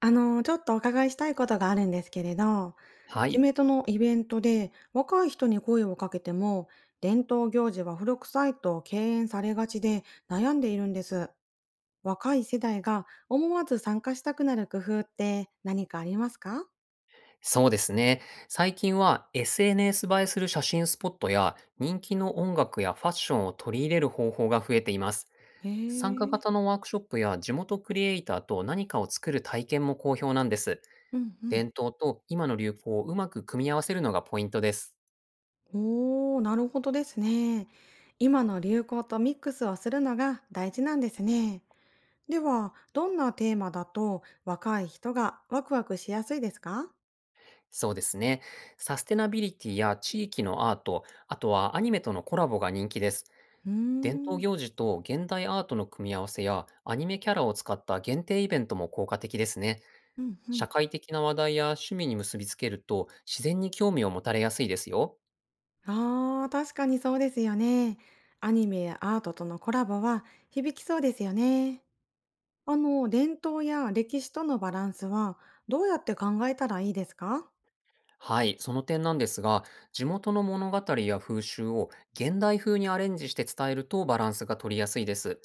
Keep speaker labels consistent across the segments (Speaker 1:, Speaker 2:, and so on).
Speaker 1: ちょっとお伺いしたいことがあるんですけれど、
Speaker 2: は
Speaker 1: 地
Speaker 2: い、
Speaker 1: 元のイベントで若い人に声をかけても、伝統行事は古臭いと敬遠されがちで悩んでいるんです。若い世代が思わず参加したくなる工夫って何かありますか？
Speaker 2: そうですね。最近は SNS 映えする写真スポットや人気の音楽やファッションを取り入れる方法が増えています。
Speaker 1: へ
Speaker 2: 参加
Speaker 1: え。
Speaker 2: 型のワークショップや地元クリエイターと何かを作る体験も好評なんです。
Speaker 1: うんうん。
Speaker 2: 伝統と今の流行をうまく組み合わせるのがポイントです。
Speaker 1: おお、なるほどですね。今の流行とミックスをするのが大事なんですね。では、どんなテーマだと若い人がワクワクしやすいですか？
Speaker 2: そうですね。サステナビリティや地域のアート、あとはアニメとのコラボが人気です。
Speaker 1: うー
Speaker 2: 伝統
Speaker 1: ん。
Speaker 2: 行事と現代アートの組み合わせやアニメキャラを使った限定イベントも効果的ですね。
Speaker 1: うんうん。
Speaker 2: 社会的な話題や趣味に結びつけると自然に興味を持たれやすいですよ。
Speaker 1: ああ、確かにそうですよね。アニメやアートとのコラボは響きそうですよね。あの、伝統や歴史とのバランスはどうやって考えたらいいですか？
Speaker 2: はい、その点なんですが、地元の物語や風習を現代風にアレンジして伝えるとバランスが取りやすいです。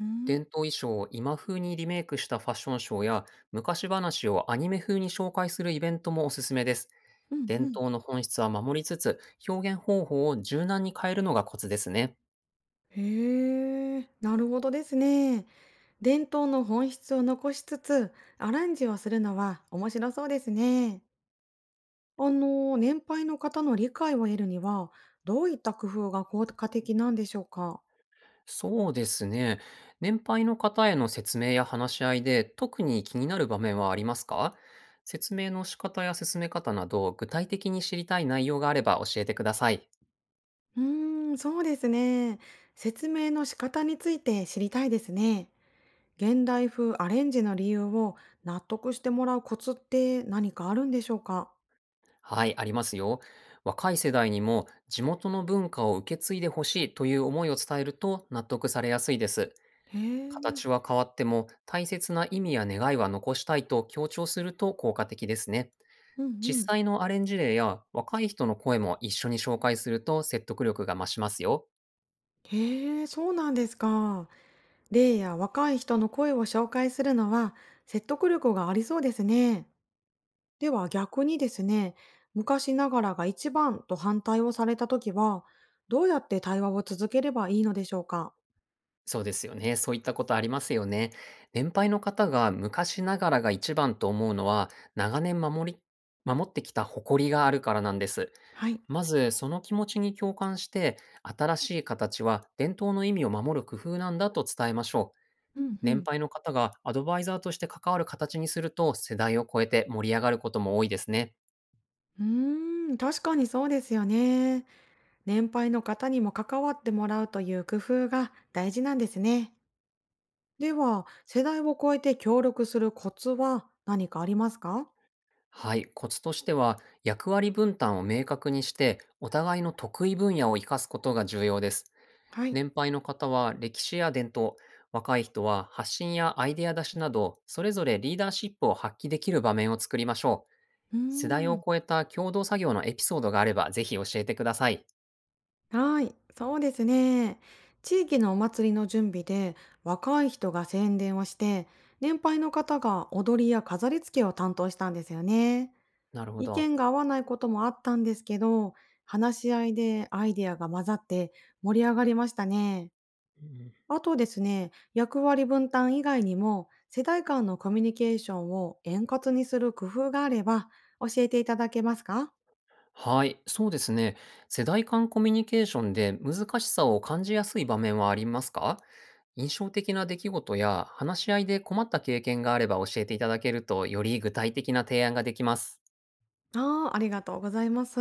Speaker 1: うーん。
Speaker 2: 伝統衣装を今風にリメイクしたファッションショーや昔話をアニメ風に紹介するイベントもおすすめです。
Speaker 1: うん
Speaker 2: 伝
Speaker 1: うん。
Speaker 2: 統の本質は守りつつ、表現方法を柔軟に変えるのがコツですね。
Speaker 1: へえ、なるほどですね。伝統の本質を残しつつ、アレンジをするのは面白そうですね。あの、年配の方の理解を得るには、どういった工夫が効果的なんでしょうか？
Speaker 2: そうですね。年配の方への説明や話し合いで、特に気になる場面はありますか。説明の仕方や進め方など、具体的に知りたい内容があれば教えてください。
Speaker 1: うーん、そうですね。説明の仕方について知りたいですね。現代風アレンジの理由を納得してもらうコツって何かあるんでしょうか？
Speaker 2: はい、ありますよ。若い世代にも地元の文化を受け継いでほしいという思いを伝えると納得されやすいです。
Speaker 1: へえ、
Speaker 2: 形は変わっても大切な意味や願いは残したいと強調すると効果的ですね。
Speaker 1: うんう
Speaker 2: 実
Speaker 1: ん。
Speaker 2: 際のアレンジ例や若い人の声も一緒に紹介すると説得力が増しますよ。
Speaker 1: へえ、そうなんですか。例や若い人の声を紹介するのは説得力がありそうですね。では逆にですね、昔ながらが一番と反対をされた時は、どうやって対話を続ければいいのでしょうか？
Speaker 2: そうですよね。そういったことありますよね。年配の方が昔ながらが一番と思うのは長年守り、守ってきた誇りがあるからなんです。
Speaker 1: はい。
Speaker 2: まずその気持ちに共感して新しい形は伝統の意味を守る工夫なんだと伝えましょう。
Speaker 1: うんう
Speaker 2: 年
Speaker 1: ん。
Speaker 2: 配の方がアドバイザーとして関わる形にすると世代を超えて盛り上がることも多いですね。
Speaker 1: うーん、確かにそうですよね。年配の方にも関わってもらうという工夫が大事なんですね。では、世代を超えて協力するコツは何かありますか？
Speaker 2: はい、コツとしては役割分担を明確にしてお互いの得意分野を生かすことが重要です。
Speaker 1: はい。
Speaker 2: 年配の方は歴史や伝統、若い人は発信やアイデア出しなどそれぞれリーダーシップを発揮できる場面を作りましょう。
Speaker 1: うー
Speaker 2: 世代を
Speaker 1: ん、
Speaker 2: 超えた共同作業のエピソードがあればぜひ教えてください。
Speaker 1: はい、そうですね。地域のお祭りの準備で若い人が宣伝をして、年配の方が踊りや飾り付けを担当したんですよね。
Speaker 2: なるほ
Speaker 1: 意
Speaker 2: ど。
Speaker 1: 見が合わないこともあったんですけど、話し合いでアイデアが混ざって盛り上がりましたね。
Speaker 2: うん。
Speaker 1: あとですね、役割分担以外にも、世代間のコミュニケーションを円滑にする工夫があれば教えていただけますか？
Speaker 2: はい、そうですね。世代間コミュニケーションで難しさを感じやすい場面はありますか。印象的な出来事や話し合いで困った経験があれば教えていただけるとより具体的な提案ができます。
Speaker 1: ああ、ありがとうございます。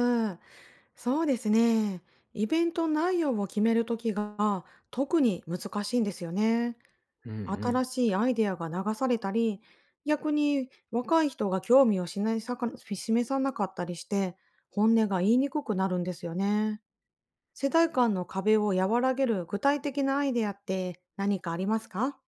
Speaker 1: そうですね。イベント内容を決めるときが特に難しいんですよね。
Speaker 2: うんうん。
Speaker 1: 新しいアイデアが流されたり、逆に若い人が興味を示さなかったりして、本音が言いにくくなるんですよね。世代間の壁を和らげる具体的なアイデアって何かありますか？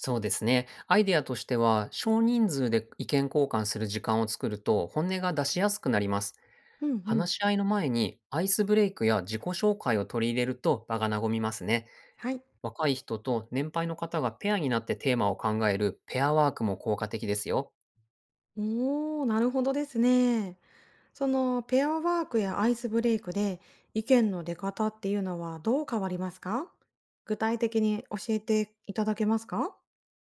Speaker 2: そうですね。アイデアとしては少人数で意見交換する時間を作ると本音が出しやすくなります。
Speaker 1: うんうん。
Speaker 2: 話し合いの前にアイスブレイクや自己紹介を取り入れると場が和みますね。
Speaker 1: はい。
Speaker 2: 若い人と年配の方がペアになってテーマを考えるペアワークも効果的ですよ。
Speaker 1: おー、なるほどですね。そのペアワークやアイスブレイクで意見の出方っていうのはどう変わりますか？具体的に教えていただけますか？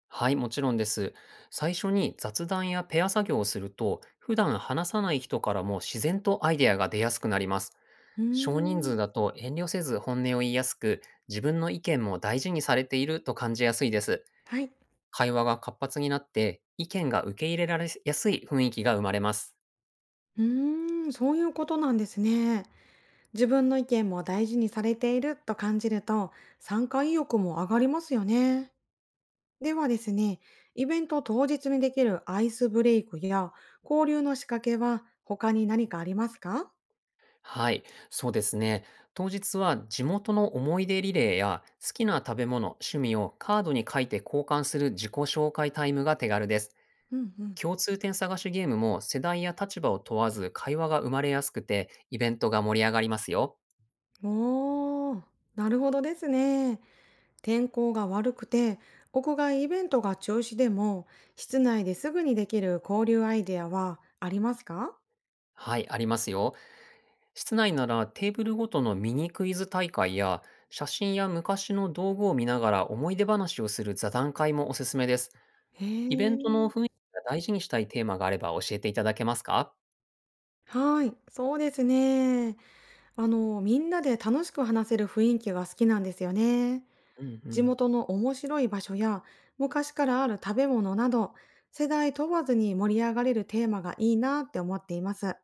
Speaker 2: はい、もちろんです。最初に雑談やペア作業をすると、普段話さない人からも自然とアイデアが出やすくなります。
Speaker 1: うー
Speaker 2: 少人数
Speaker 1: ん。
Speaker 2: だと遠慮せず本音を言いやすく、自分の意見も大事にされていると感じやすいです。
Speaker 1: はい。
Speaker 2: 会話が活発になって、意見が受け入れられやすい雰囲気が生まれます。
Speaker 1: うーん、そういうことなんですね。自分の意見も大事にされていると感じると、参加意欲も上がりますよね。ではですね、イベント当日にできるアイスブレイクや交流の仕掛けは他に何かありますか？
Speaker 2: はい、そうですね。当日は地元の思い出リレーや好きな食べ物、趣味をカードに書いて交換する自己紹介タイムが手軽です。
Speaker 1: うんうん。
Speaker 2: 共通点探しゲームも世代や立場を問わず会話が生まれやすくてイベントが盛り上がりますよ。
Speaker 1: おー、なるほどですね。天候が悪くて、屋外イベントが中止でも、室内ですぐにできる交流アイデアはありますか？
Speaker 2: はい、ありますよ。室内ならテーブルごとのミニクイズ大会や写真や昔の道具を見ながら思い出話をする座談会もおすすめです。
Speaker 1: へ
Speaker 2: イベントの
Speaker 1: ー。
Speaker 2: 雰囲気が大事にしたいテーマがあれば教えていただけますか。
Speaker 1: はい、そうですね。あの、みんなで楽しく話せる雰囲気が好きなんですよね。
Speaker 2: うんう
Speaker 1: 地
Speaker 2: ん。
Speaker 1: 元の面白い場所や昔からある食べ物など、世代問わずに盛り上がれるテーマがいいなって思っています。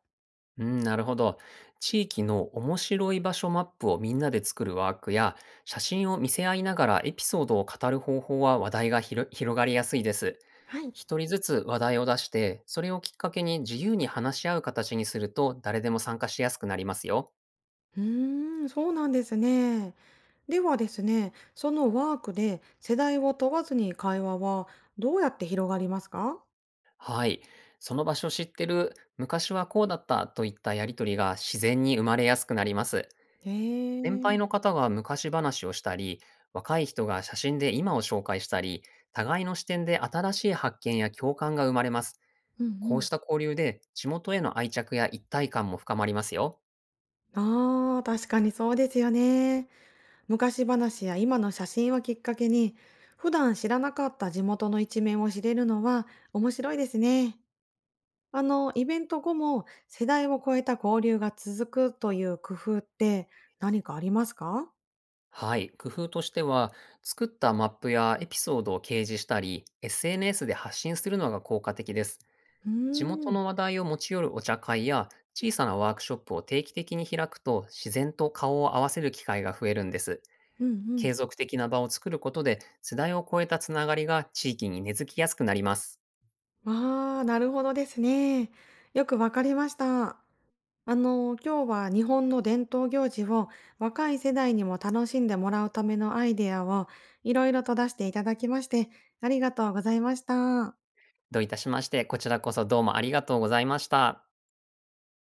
Speaker 2: うん、なるほど。地域の面白い場所マップをみんなで作るワークや、写真を見せ合いながらエピソードを語る方法は話題が広広がりやすいです。
Speaker 1: はい。
Speaker 2: 一人ずつ話題を出して、それをきっかけに自由に話し合う形にすると誰でも参加しやすくなりますよ。
Speaker 1: うーん、そうなんですね。ではですね、そのワークで世代を問わずに会話はどうやって広がりますか？
Speaker 2: はい。その場所知ってる、昔はこうだったといったやりとりが自然に生まれやすくなります。
Speaker 1: へ
Speaker 2: 年配の
Speaker 1: え。
Speaker 2: 方が昔話をしたり、若い人が写真で今を紹介したり、互いの視点で新しい発見や共感が生まれます。
Speaker 1: うんう
Speaker 2: こう
Speaker 1: ん。
Speaker 2: した交流で地元への愛着や一体感も深まりますよ。
Speaker 1: ああ、確かにそうですよね。昔話や今の写真をきっかけに、普段知らなかった地元の一面を知れるのは面白いですね。あの、イベント後も世代を超えた交流が続くという工夫って何かありますか？
Speaker 2: はい。工夫としては、作ったマップやエピソードを掲示したり、SNS で発信するのが効果的です。
Speaker 1: うー
Speaker 2: 地元
Speaker 1: ん、
Speaker 2: の話題を持ち寄るお茶会や小さなワークショップを定期的に開くと自然と顔を合わせる機会が増えるんです。
Speaker 1: うんうん。
Speaker 2: 継続的な場を作ることで、世代を超えたつながりが地域に根付きやすくなります。
Speaker 1: ああ、なるほどですね。よくわかりました。あの、今日は日本の伝統行事を若い世代にも楽しんでもらうためのアイデアをいろいろと出していただきまして、ありがとうございました。
Speaker 2: どういたしまして、こちらこそどうもありがとうございました。